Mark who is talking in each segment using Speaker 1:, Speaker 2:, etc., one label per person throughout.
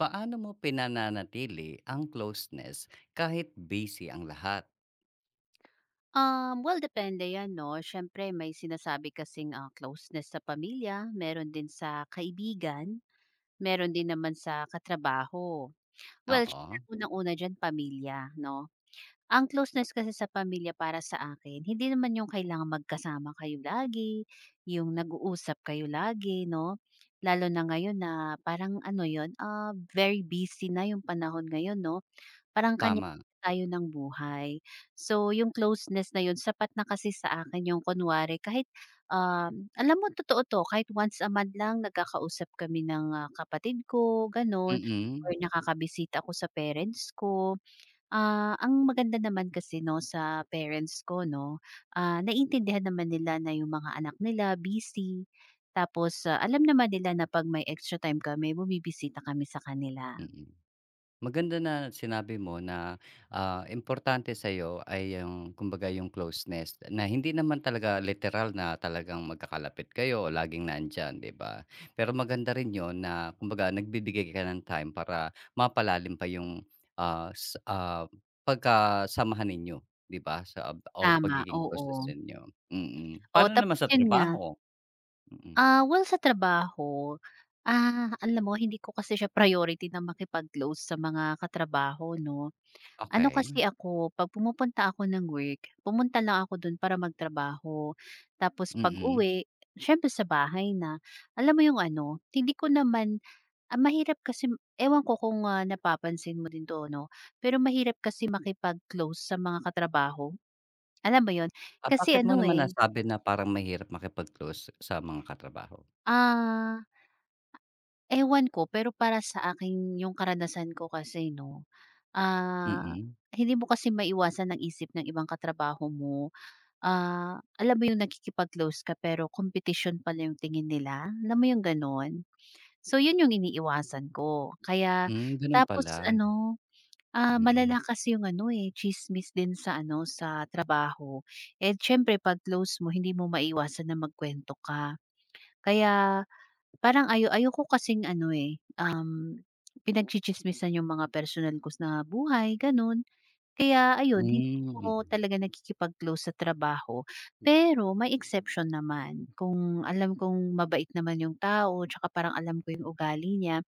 Speaker 1: Paano mo pinananatili ang closeness kahit busy ang lahat?
Speaker 2: Well, depende 'yan 'no. Siyempre may sinasabi kasing, closeness sa pamilya, meron din sa kaibigan, meron din naman sa katrabaho. Well, siyempre
Speaker 1: Oo,
Speaker 2: unang-una diyan pamilya 'no. Ang closeness kasi sa pamilya para sa akin, hindi naman yung kailangan magkasama kayo lagi, yung nag-uusap kayo lagi 'no. Lalo na ngayon na parang ano yon, very busy na yung panahon ngayon 'no. Parang kanya
Speaker 1: tama.
Speaker 2: tayo ng buhay. So, yung closeness na yun sapat na kasi sa akin yung kunwari kahit, alam mo totoo 'to, kahit once a month lang nagkakausap kami ng, kapatid ko gano'n or
Speaker 1: Mm,
Speaker 2: nakakabisita ako sa parents ko. Ang maganda naman kasi 'no sa parents ko 'no, naiintindihan naman nila na yung mga anak nila busy tapos, alam naman nila na 'pag may extra time kami bumibisita kami sa kanila.
Speaker 1: mm. Maganda na sinabi mo na, importante sa'yo ay yung kumbaga yung closeness na hindi naman talaga literal na talagang magkakalapit kayo o laging nandyan, 'di ba? Pero maganda rin 'yon na kumbaga nagbibigay ka ng time para mapalalim pa yung, ah, s ah, pagkasamahan ninyo, 'di ba, sa o
Speaker 2: Tama,
Speaker 1: pagiging
Speaker 2: oo.
Speaker 1: closeness ninyo. Mm.
Speaker 2: Oo,
Speaker 1: Paano naman
Speaker 2: tapos
Speaker 1: sa
Speaker 2: yun nga,
Speaker 1: trabaho? Mm,
Speaker 2: well sa trabaho, alam mo hindi ko kasi siya priority na makipag-close sa mga katrabaho 'no. Ano
Speaker 1: okey,
Speaker 2: kasi ako, 'pag pumupunta ako ng work, pumunta lang ako dun para magtrabaho. Tapos
Speaker 1: mm.
Speaker 2: pag-uwi, siyempre sa bahay na. Alam mo yung ano, hindi ko naman ang mahirap kasi ewan ko kung, napapansin mo din 'to 'no, pero mahirap kasi makipag-close sa mga katrabaho. Alam mo yun?
Speaker 1: Ah,
Speaker 2: Kasi
Speaker 1: bakit mo
Speaker 2: ano,
Speaker 1: naman
Speaker 2: eh,
Speaker 1: nasabi na parang mahirap makipag-close sa mga katrabaho?
Speaker 2: ah Ewan ko, pero para sa akin yung karanasan ko kasi 'no, ah,
Speaker 1: Mm.
Speaker 2: hindi mo kasi maiwasan ng isip ng ibang katrabaho mo. Alam mo yung nakikipag-close ka pero competition pala yung tingin nila, alam mo yung gano'n? So yun yung iniiwasan ko. Kaya
Speaker 1: Hmm, gano'n pala.
Speaker 2: tapos ano,
Speaker 1: Mm.
Speaker 2: malala kasi yung ano, eh, tsismis din sa ano, sa trabaho. Eh, siyempre 'pag close mo hindi mo maiwasan na magkuwento ka. Kaya parang ayoko kasing ano, eh, pinagtsitsismisan yung mga personal ko na buhay, gano'n. Kaya ayun, hindi
Speaker 1: Hmm,
Speaker 2: ko talaga nakikipag-close sa trabaho. Pero may exception naman, kung alam kong mabait naman yung tao tsaka parang alam ko yung ugali niya,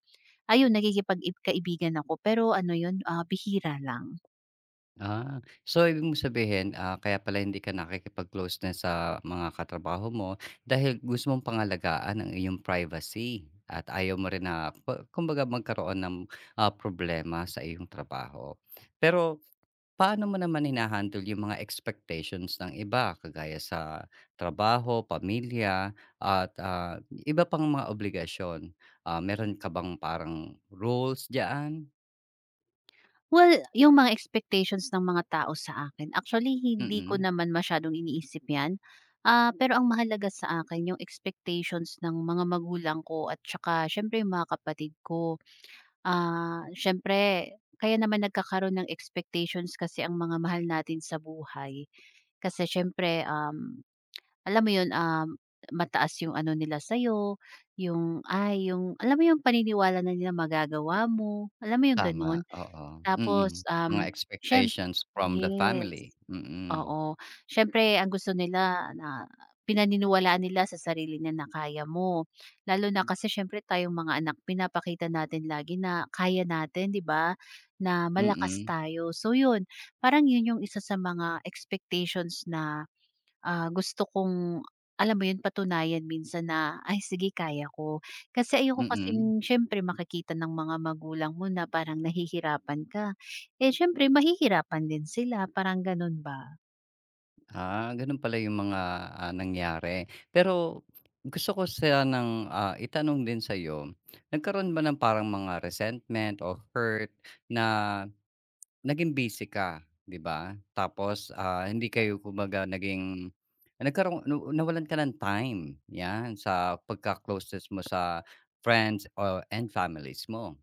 Speaker 2: ayun nakikipag kaibigan ako pero ano yun, bihira lang.
Speaker 1: ah. So, ibig mong sabihin, kaya pala hindi ka nakikipag-close na sa mga katrabaho mo dahil gusto mong pangalagaan ang iyong privacy at ayaw mo rin na pa kumbaga magkaroon ng, problema sa iyong trabaho. Pero paano mo naman hinahandle yung mga expectations ng iba kagaya sa trabaho, pamilya at, iba pang mga obligasyon? Ah, meron ka bang parang rules diyaan?
Speaker 2: Well, yung mga expectations ng mga tao sa akin, actually hindi ko
Speaker 1: Mm,
Speaker 2: naman masyadong iniisip 'yan. Pero ang mahalaga sa akin yung expectations ng mga magulang ko at saka siyempre yung mga kapatid ko. Siyempre kaya naman nagkakaroon ng expectations kasi ang mga mahal natin sa buhay. Kasi siyempre, alam mo 'yun, mataas yung ano nila sa'yo, yung ay, yung alam mo yung paniniwala na nila magagawa mo, alam mo yung
Speaker 1: tama,
Speaker 2: gano'n.
Speaker 1: oo, mm.
Speaker 2: Tapos,
Speaker 1: Mga
Speaker 2: siyem
Speaker 1: expectations from the family,
Speaker 2: yes,
Speaker 1: mm,
Speaker 2: oo. Siyempre ang gusto nila na pinaniniwalaan nila sa sarili nila na kaya mo. Lalo na kasi siyempre tayong mga anak pinapakita natin lagi na kaya natin, 'di ba? Na malakas
Speaker 1: mm,
Speaker 2: tayo. So 'yun, parang 'yun yung isa sa mga expectations na. Gusto kong alam mo 'yun, patunayan minsan na, "Ay sige kaya ko." Kasi ayoko
Speaker 1: mm.
Speaker 2: kasing siyempre makikita ng mga magulang mo na parang nahihirapan ka. Eh, siyempre mahihirapan din sila, parang gano'n ba?
Speaker 1: Ah, gano'n pala yung mga, nangyari. Pero gusto ko sanang, itanong din sa sa'yo, nagkaroon ba ng parang mga resentment o hurt na naging busy ka, 'di ba? Tapos, hindi kayo kumbaga naging nagkaroon na nawalan ka ng time, 'yan, sa pagka-closest mo sa friends or and families mo?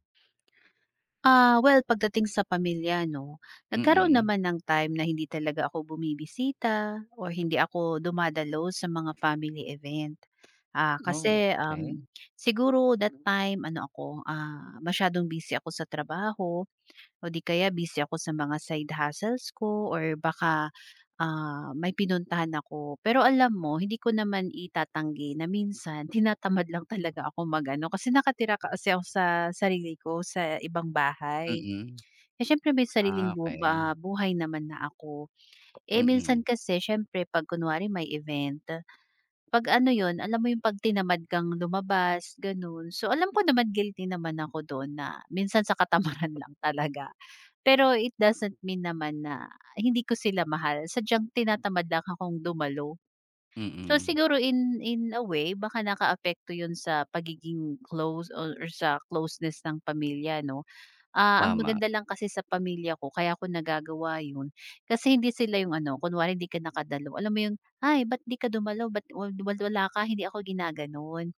Speaker 2: Well pagdating sa pamilya 'no, nagkaroon
Speaker 1: Mm.
Speaker 2: naman ng time na hindi talaga ako bumibisita or hindi ako dumadalo sa mga family event.
Speaker 1: Oh,
Speaker 2: Kasi,
Speaker 1: okay.
Speaker 2: siguro that time ano ako, masyadong busy ako sa trabaho. O di kaya busy ako sa mga side hustles ko or baka, may pinuntahan ako. Pero alam mo hindi ko naman itatanggi na minsan tinatamad lang talaga ako magano kasi nakatira kasi ako sa sarili ko sa ibang bahay.
Speaker 1: Mm.
Speaker 2: Eh, siyempre may sariling
Speaker 1: Ah, okay.
Speaker 2: buhay naman na ako. Eh, minsan
Speaker 1: Mm,
Speaker 2: kasi siyempre 'pag kunwari may event. 'Pag ano 'yun, alam mo 'yung 'pag tinamad kang lumabas, gano'n. So, alam ko naman guilty naman ako doon na minsan sa katamaran lang talaga. Pero it doesn't mean naman na hindi ko sila mahal, sadyang tinatamad lang akong dumalo. So,
Speaker 1: mm.
Speaker 2: siguro in a way baka nakaapekto 'yun sa pagiging close or sa closeness ng pamilya 'no? Ang
Speaker 1: Tama.
Speaker 2: maganda lang kasi sa pamilya ko kaya ako nagagawa yun, kasi hindi sila yung ano, kunwari hindi ka nakadalo, alam mo yung, "Ay ba't di ka dumalo, ba't wal wal- wala ka, hindi ako ginaganon."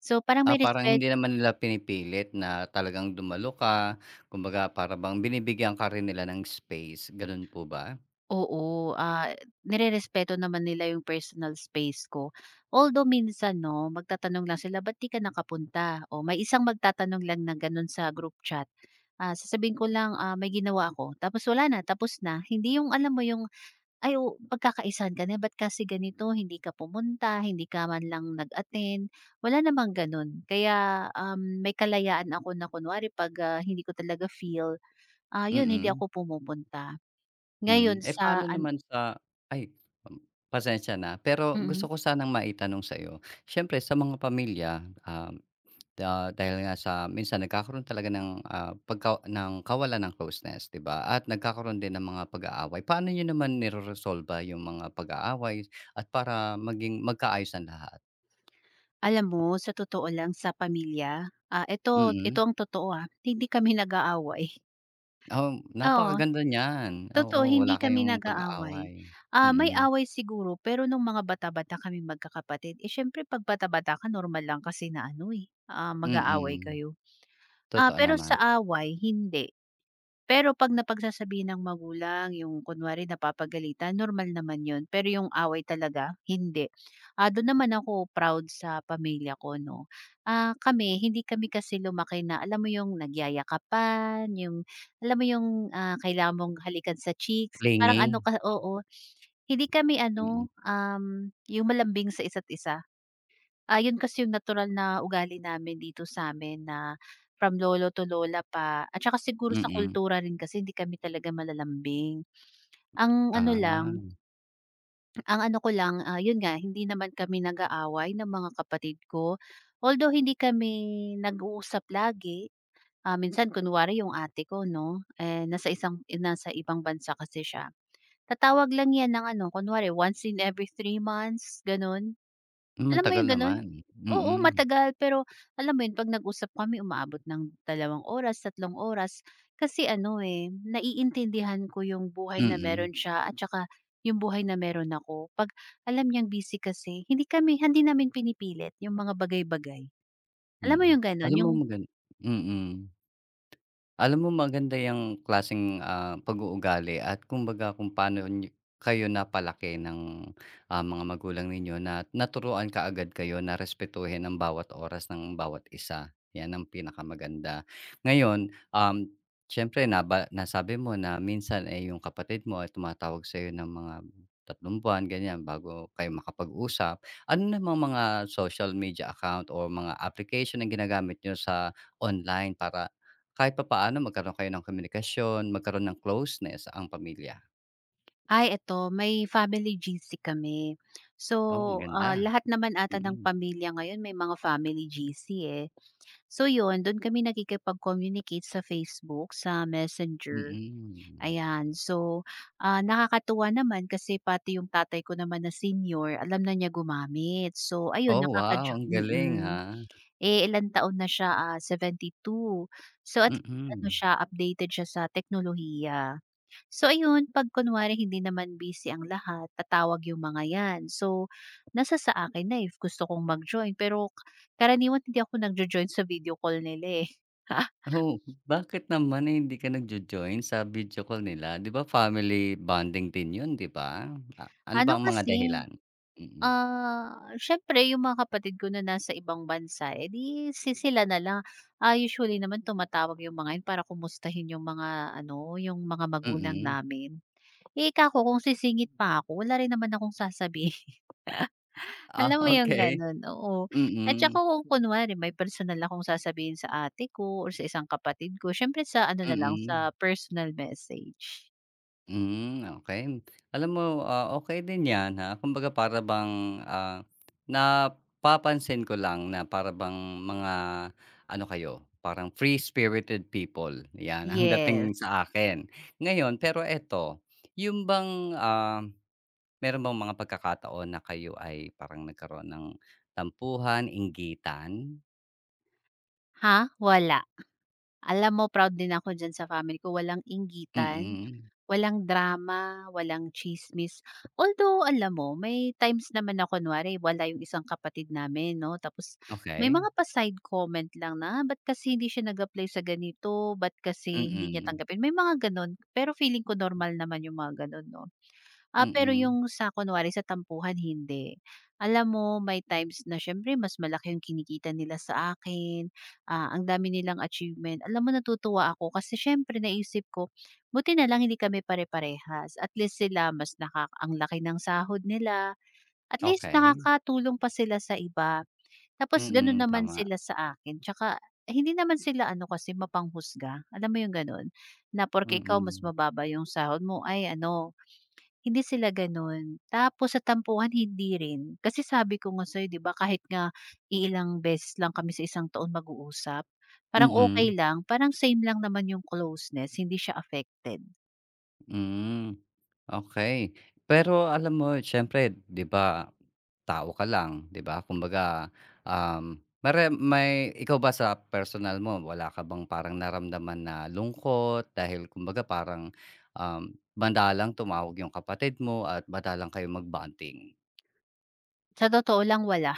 Speaker 2: So, parang may
Speaker 1: Ah, parang
Speaker 2: respect.
Speaker 1: hindi naman nila pinipilit na talagang dumalo ka, kumbaga para bang binibigyan ka rin nila ng space, gano'n po ba?
Speaker 2: Oo, nere-respeto naman nila yung personal space ko. Although minsan 'no, magtatanong lang sila, "Ba't di ka nakapunta?" O may isang magtatanong lang na ganon sa group chat, sasabihin ko lang, "May ginawa ako." Tapos wala na, tapos na. Hindi yung alam mo yung. Ay oo, pagkakaisahan ka na, "Ba't kasi ganito, hindi ka pumunta, hindi ka man lang nag-attend." Wala namang gano'n. Kaya, may kalayaan ako na kunwari 'pag, hindi ko talaga feel, 'yun hindi
Speaker 1: Mm,
Speaker 2: ako pumupunta. Ngayon
Speaker 1: hmm. Eh,
Speaker 2: sa
Speaker 1: paano
Speaker 2: an
Speaker 1: naman sa ay, um, pasensya na, pero gusto
Speaker 2: mm.
Speaker 1: ko sanang maitanong sa'yo. Siyempre sa mga pamilya, dahil nga sa minsan nagkakaroon talaga ng, pagka ng kawalan ng closeness, 'di ba? At nagkakaroon din ng mga pag-aaway. Paano niyo naman nireresolba yung mga pag-aaway at para maging magkaayos ang lahat?
Speaker 2: Alam mo sa totoo lang sa pamilya, eto, ito
Speaker 1: Mm.
Speaker 2: ang totoo, hindi kami nag-aaway. Oo.
Speaker 1: Napakaganda niyan, oo,
Speaker 2: Totoo, hindi
Speaker 1: wala
Speaker 2: kami
Speaker 1: kayong
Speaker 2: nag-aaway.
Speaker 1: pag-aaway.
Speaker 2: May
Speaker 1: Mm,
Speaker 2: away siguro pero nung mga bata-bata kaming magkakapatid, eh, siyempre 'pag bata-bata ka normal lang kasi na ano, eh, mag-aaway
Speaker 1: mm,
Speaker 2: kayo.
Speaker 1: totoo
Speaker 2: Pero
Speaker 1: naman.
Speaker 2: sa away hindi. Pero 'pag napagsasabihan ng magulang, yung kunwari napapagalitan, normal naman yun. Pero yung away talaga, hindi. Dun naman ako proud sa pamilya ko 'no. Kami, hindi kami kasi lumaki na alam mo yung nagyayakapan, yung alam mo yung, kailangan mong halikan sa cheeks, parang ano
Speaker 1: Clingy,
Speaker 2: ka oo. Hindi kami
Speaker 1: mm,
Speaker 2: ano, yung malambing sa isa't isa. Yun kasi yung natural na ugali namin dito sa'min na from lolo to lola pa at saka siguro sa
Speaker 1: mm.
Speaker 2: kultura rin kasi hindi kami talaga malalambing. Ang ano lang,
Speaker 1: Ah,
Speaker 2: ang ano ko lang, yun nga hindi naman kami nag-aaway ng mga kapatid ko. Although hindi kami nag-uusap lagi, minsan kunwari yung ate ko 'no, eh, nasa ibang bansa kasi siya. Tatawag lang 'yan ng ano, kunwari once in every 3 months, gano'n.
Speaker 1: hmm, ang
Speaker 2: Alam mo
Speaker 1: tagal
Speaker 2: 'yung gano'n?
Speaker 1: naman,
Speaker 2: Oo,
Speaker 1: mm,
Speaker 2: matagal pero alam mo 'yun 'pag nag-usap kami umaabot ng 2 oras, 3 oras. Kasi ano, eh, naiintindihan ko 'yung buhay na
Speaker 1: mm,
Speaker 2: meron siya at saka 'yung buhay na meron ako. 'Pag alam niyang busy kasi hindi namin pinipilit 'yung mga bagay-bagay. Alam mo
Speaker 1: mm.
Speaker 2: 'yung gano'n,
Speaker 1: Alam mo
Speaker 2: 'yung.
Speaker 1: mm. Alam mo maganda yung klaseng, pag-uugali at kumbaga kung paano niyo kayo napalaki ng, mga magulang ninyo na naturuan ka agad kayo na respetuhin ang bawat oras ng bawat isa, 'yan ang pinakamaganda. Ngayon, siyempre nasabi mo na minsan, eh, 'yung kapatid mo ay tumatawag sa'yo ng mga 3 buwan ganiyan bago kayo makapag-usap. Ano namang mga social media account o mga application ang ginagamit niyo sa online para kahit papaano magkaroon kayo ng komunikasyon, magkaroon ng closeness ang pamilya.
Speaker 2: Ay eto, may family GC kami. So,
Speaker 1: Oh, maganda,
Speaker 2: lahat naman ata ng
Speaker 1: mm,
Speaker 2: pamilya ngayon may mga family GC eh. So yun, dun kami nakikipag-communicate sa Facebook, sa Messenger,
Speaker 1: mm.
Speaker 2: ayan. So, nakakatuwa naman kasi pati yung tatay ko naman na senior, alam na niya gumamit. So ayun,
Speaker 1: Oh,
Speaker 2: nakaka
Speaker 1: wow, ang galing,
Speaker 2: mm.
Speaker 1: ha.
Speaker 2: Eh, ilang taon na siya, 72. So at least ano
Speaker 1: Mm.
Speaker 2: siya, updated siya sa teknolohiya. So ayun, 'pag kunwari hindi naman busy ang lahat, tatawag yung mga 'yan. So, sa akin na, eh, if gusto kong mag-join. Pero karaniwan hindi ako nagjo-join sa video call nila, eh.
Speaker 1: Oh, bakit naman, eh, hindi ka nagjo-join sa video call nila? 'Di ba family bonding din 'yun, 'di ba? A, ano ba
Speaker 2: Ano
Speaker 1: ang mga
Speaker 2: kasi,
Speaker 1: dahilan? Mm, mm.
Speaker 2: siyempre yung mga kapatid ko na nasa ibang bansa, eh, 'di sila na lang. Usually naman tumatawag yung mga 'yun para kumustahin yung mga ano, yung mga magulang
Speaker 1: Mm.
Speaker 2: namin. Eh, kako kung sisingit pa ako, wala rin naman akong sasabihin.
Speaker 1: Ah,
Speaker 2: Alam mo yung
Speaker 1: okey.
Speaker 2: gano'n, oo.
Speaker 1: Mm,
Speaker 2: At tsaka
Speaker 1: mm.
Speaker 2: kung kunwari may personal akong sasabihin sa ate ko or sa isang kapatid ko siyempre sa ano na lang,
Speaker 1: Mm.
Speaker 2: sa personal message.
Speaker 1: Hmm, okay. Alam mo, okey din 'yan, ha. Kumbaga para bang, napapansin ko lang na para bang mga ano kayo, parang free-spirited people, 'yan ang dating
Speaker 2: Yes.
Speaker 1: sa akin. Ngayon, pero eto, yung bang, meron bang mga pagkakataon na kayo ay parang nagkaroon ng tampuhan, inggitan?
Speaker 2: Ha? Wala. Alam mo proud din ako diyan sa family ko, walang inggitan,
Speaker 1: Mm,
Speaker 2: walang drama, walang tsismis. Although alam mo may times naman na kunwari wala yung isang kapatid namin 'no, tapos may
Speaker 1: okay.
Speaker 2: mga pa-side comment lang na, "Ah, ba't kasi hindi siya nag-apply sa ganito, ba't kasi hindi niya
Speaker 1: Mm,
Speaker 2: tanggapin?" May mga gano'n, pero feeling ko normal naman yung mga gano'n 'no. Pero
Speaker 1: mm.
Speaker 2: yung sa kunwari sa tampuhan hindi. Alam mo may times na siyempre mas malaki yung kinikita nila sa akin, ang dami nilang achievement. Alam mo natutuwa ako kasi siyempre naisip ko, buti na lang hindi kami pare-parehas. At least sila mas ang laki ng sahod nila, at least
Speaker 1: Okey.
Speaker 2: nakakatulong pa sila sa iba. Tapos gano'n
Speaker 1: Mm,
Speaker 2: naman
Speaker 1: tama.
Speaker 2: sila sa akin. Tsaka eh, hindi naman sila ano kasi mapanghusga, alam mo yung gano'n? Na porke ikaw mas
Speaker 1: Mm,
Speaker 2: mababa yung sahod mo, ay ano hindi sila gano'n. Tapos sa tampuhan hindi rin. Kasi sabi ko nga sa'yo 'di ba kahit nga iilang beses lang kami sa isang taon mag-uusap, parang
Speaker 1: mm.
Speaker 2: okay lang, parang same lang naman yung closeness, hindi siya affected.
Speaker 1: Hmm, okay. Pero alam mo siyempre 'di ba, tao ka lang 'di ba? Kumbaga, um, mare may ikaw ba sa personal mo wala ka bang parang naramdaman na lungkot dahil kumbaga parang, um, madalang tumawag yung kapatid mo at badalang kayo magbanting?
Speaker 2: Sa totoo lang wala.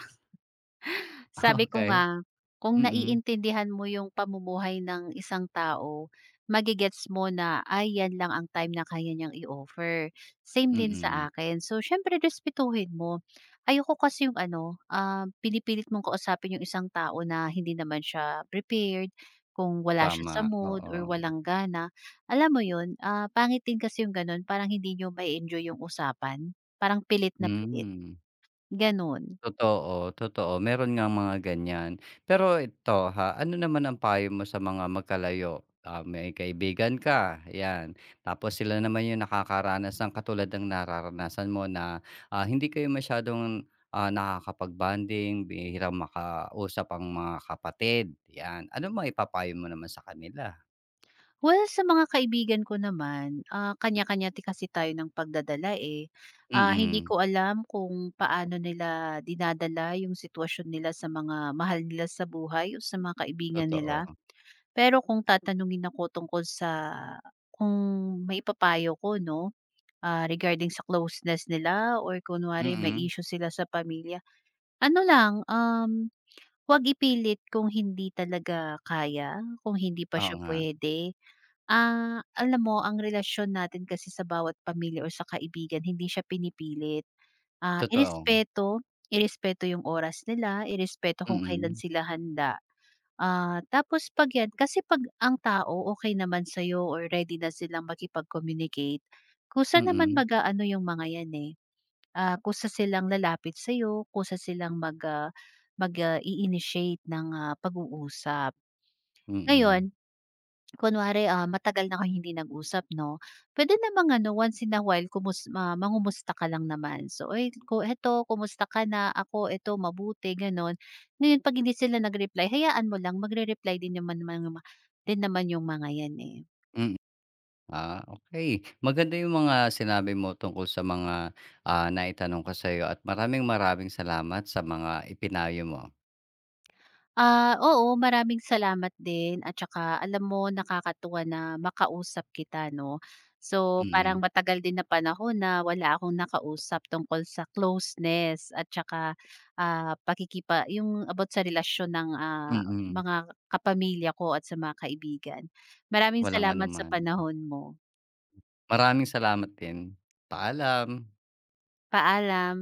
Speaker 2: Sabi ko
Speaker 1: Okay. Okey,
Speaker 2: nga, kung
Speaker 1: mm,
Speaker 2: naiintindihan mo yung pamumuhay ng isang tao, magigets mo na, ay yan lang ang time na kaya niyang i-offer. Same din
Speaker 1: mm.
Speaker 2: sa akin. So, siyempre respetuhin mo. Ayoko kasi yung ano, pinipilit mong kausapin yung isang tao na hindi naman siya prepared, kung wala siya
Speaker 1: Tama,
Speaker 2: sa mood
Speaker 1: oo.
Speaker 2: or walang gana. Alam mo yun, pangit din kasi yung ganun, parang hindi niyo may enjoy yung usapan. Parang pilit na pilit,
Speaker 1: Hmm.
Speaker 2: ganun.
Speaker 1: Totoo, totoo meron nga mga ganyan. Pero ito ha, ano naman ang payo mo sa mga magkalayo? Ah, may kaibigan ka, 'yan, tapos sila naman yung nakakaranas ng katulad ng nararanasan mo na, hindi kayo masyadong, nakakapag-bonding, bihirang makausap ang mga kapatid, 'yan. Ano maipapayo mo naman sa kanila?
Speaker 2: Well, sa mga kaibigan ko naman, kanya-kanya kasi tayo ng pagdadala, eh. Hindi
Speaker 1: Mm,
Speaker 2: ko alam kung paano nila dinadala yung sitwasyon nila sa mga mahal nila sa buhay o sa mga kaibigan
Speaker 1: totoo.
Speaker 2: nila. Pero kung tatanungin ako tungkol sa kung may papayo ko 'no, regarding sa closeness nila or kunwari may
Speaker 1: Mm,
Speaker 2: issue sila sa pamilya, ano lang, 'wag ipilit kung hindi talaga kaya, kung hindi pa
Speaker 1: oo
Speaker 2: siya
Speaker 1: nga,
Speaker 2: pwede. Alam mo ang relasyon natin kasi sa bawat pamilya o sa kaibigan hindi siya pinipilit. Ah,
Speaker 1: totoo.
Speaker 2: irespeto, irespeto yung oras nila, irespeto kung kailan
Speaker 1: Mm,
Speaker 2: sila handa. Tapos 'pag 'yan kasi 'pag ang tao okey naman sa'yo or ready na silang makipag-communicate, kusa naman
Speaker 1: mm,
Speaker 2: mag ano yung mga 'yan, eh, kusa silang lalapit sa'yo, kusa silang i-initiate ng, pag-uusap.
Speaker 1: mm,
Speaker 2: Ngayon.
Speaker 1: mm.
Speaker 2: Kunwari, matagal na kayong hindi nag-usap 'no, puwede namang ano, once in a while kumus ma mangumusta ka lang naman. So, "oy ko eto kumusta ka na? Ako eto mabuti," gano'n. Ngayon 'pag hindi sila nag-reply, hayaan mo lang magre-reply din naman yung mga 'yan, eh.
Speaker 1: Mm. Ah, okay. Maganda yung mga sinabi mo tungkol sa mga, naitanong ko sa sa'yo at maraming maraming salamat sa mga ipinayo mo.
Speaker 2: Oo, maraming salamat din at saka alam mo nakakatuwa na makausap kita 'no. So,
Speaker 1: Mm,
Speaker 2: parang matagal din na panahon na wala akong nakausap tungkol sa closeness at saka, yung about sa relasyon ng,
Speaker 1: mm. Mm.
Speaker 2: mga kapamilya ko at sa mga kaibigan. Maraming
Speaker 1: Walang
Speaker 2: salamat sa
Speaker 1: anuman.
Speaker 2: panahon mo.
Speaker 1: Maraming salamat din. Paalam.
Speaker 2: Paalam.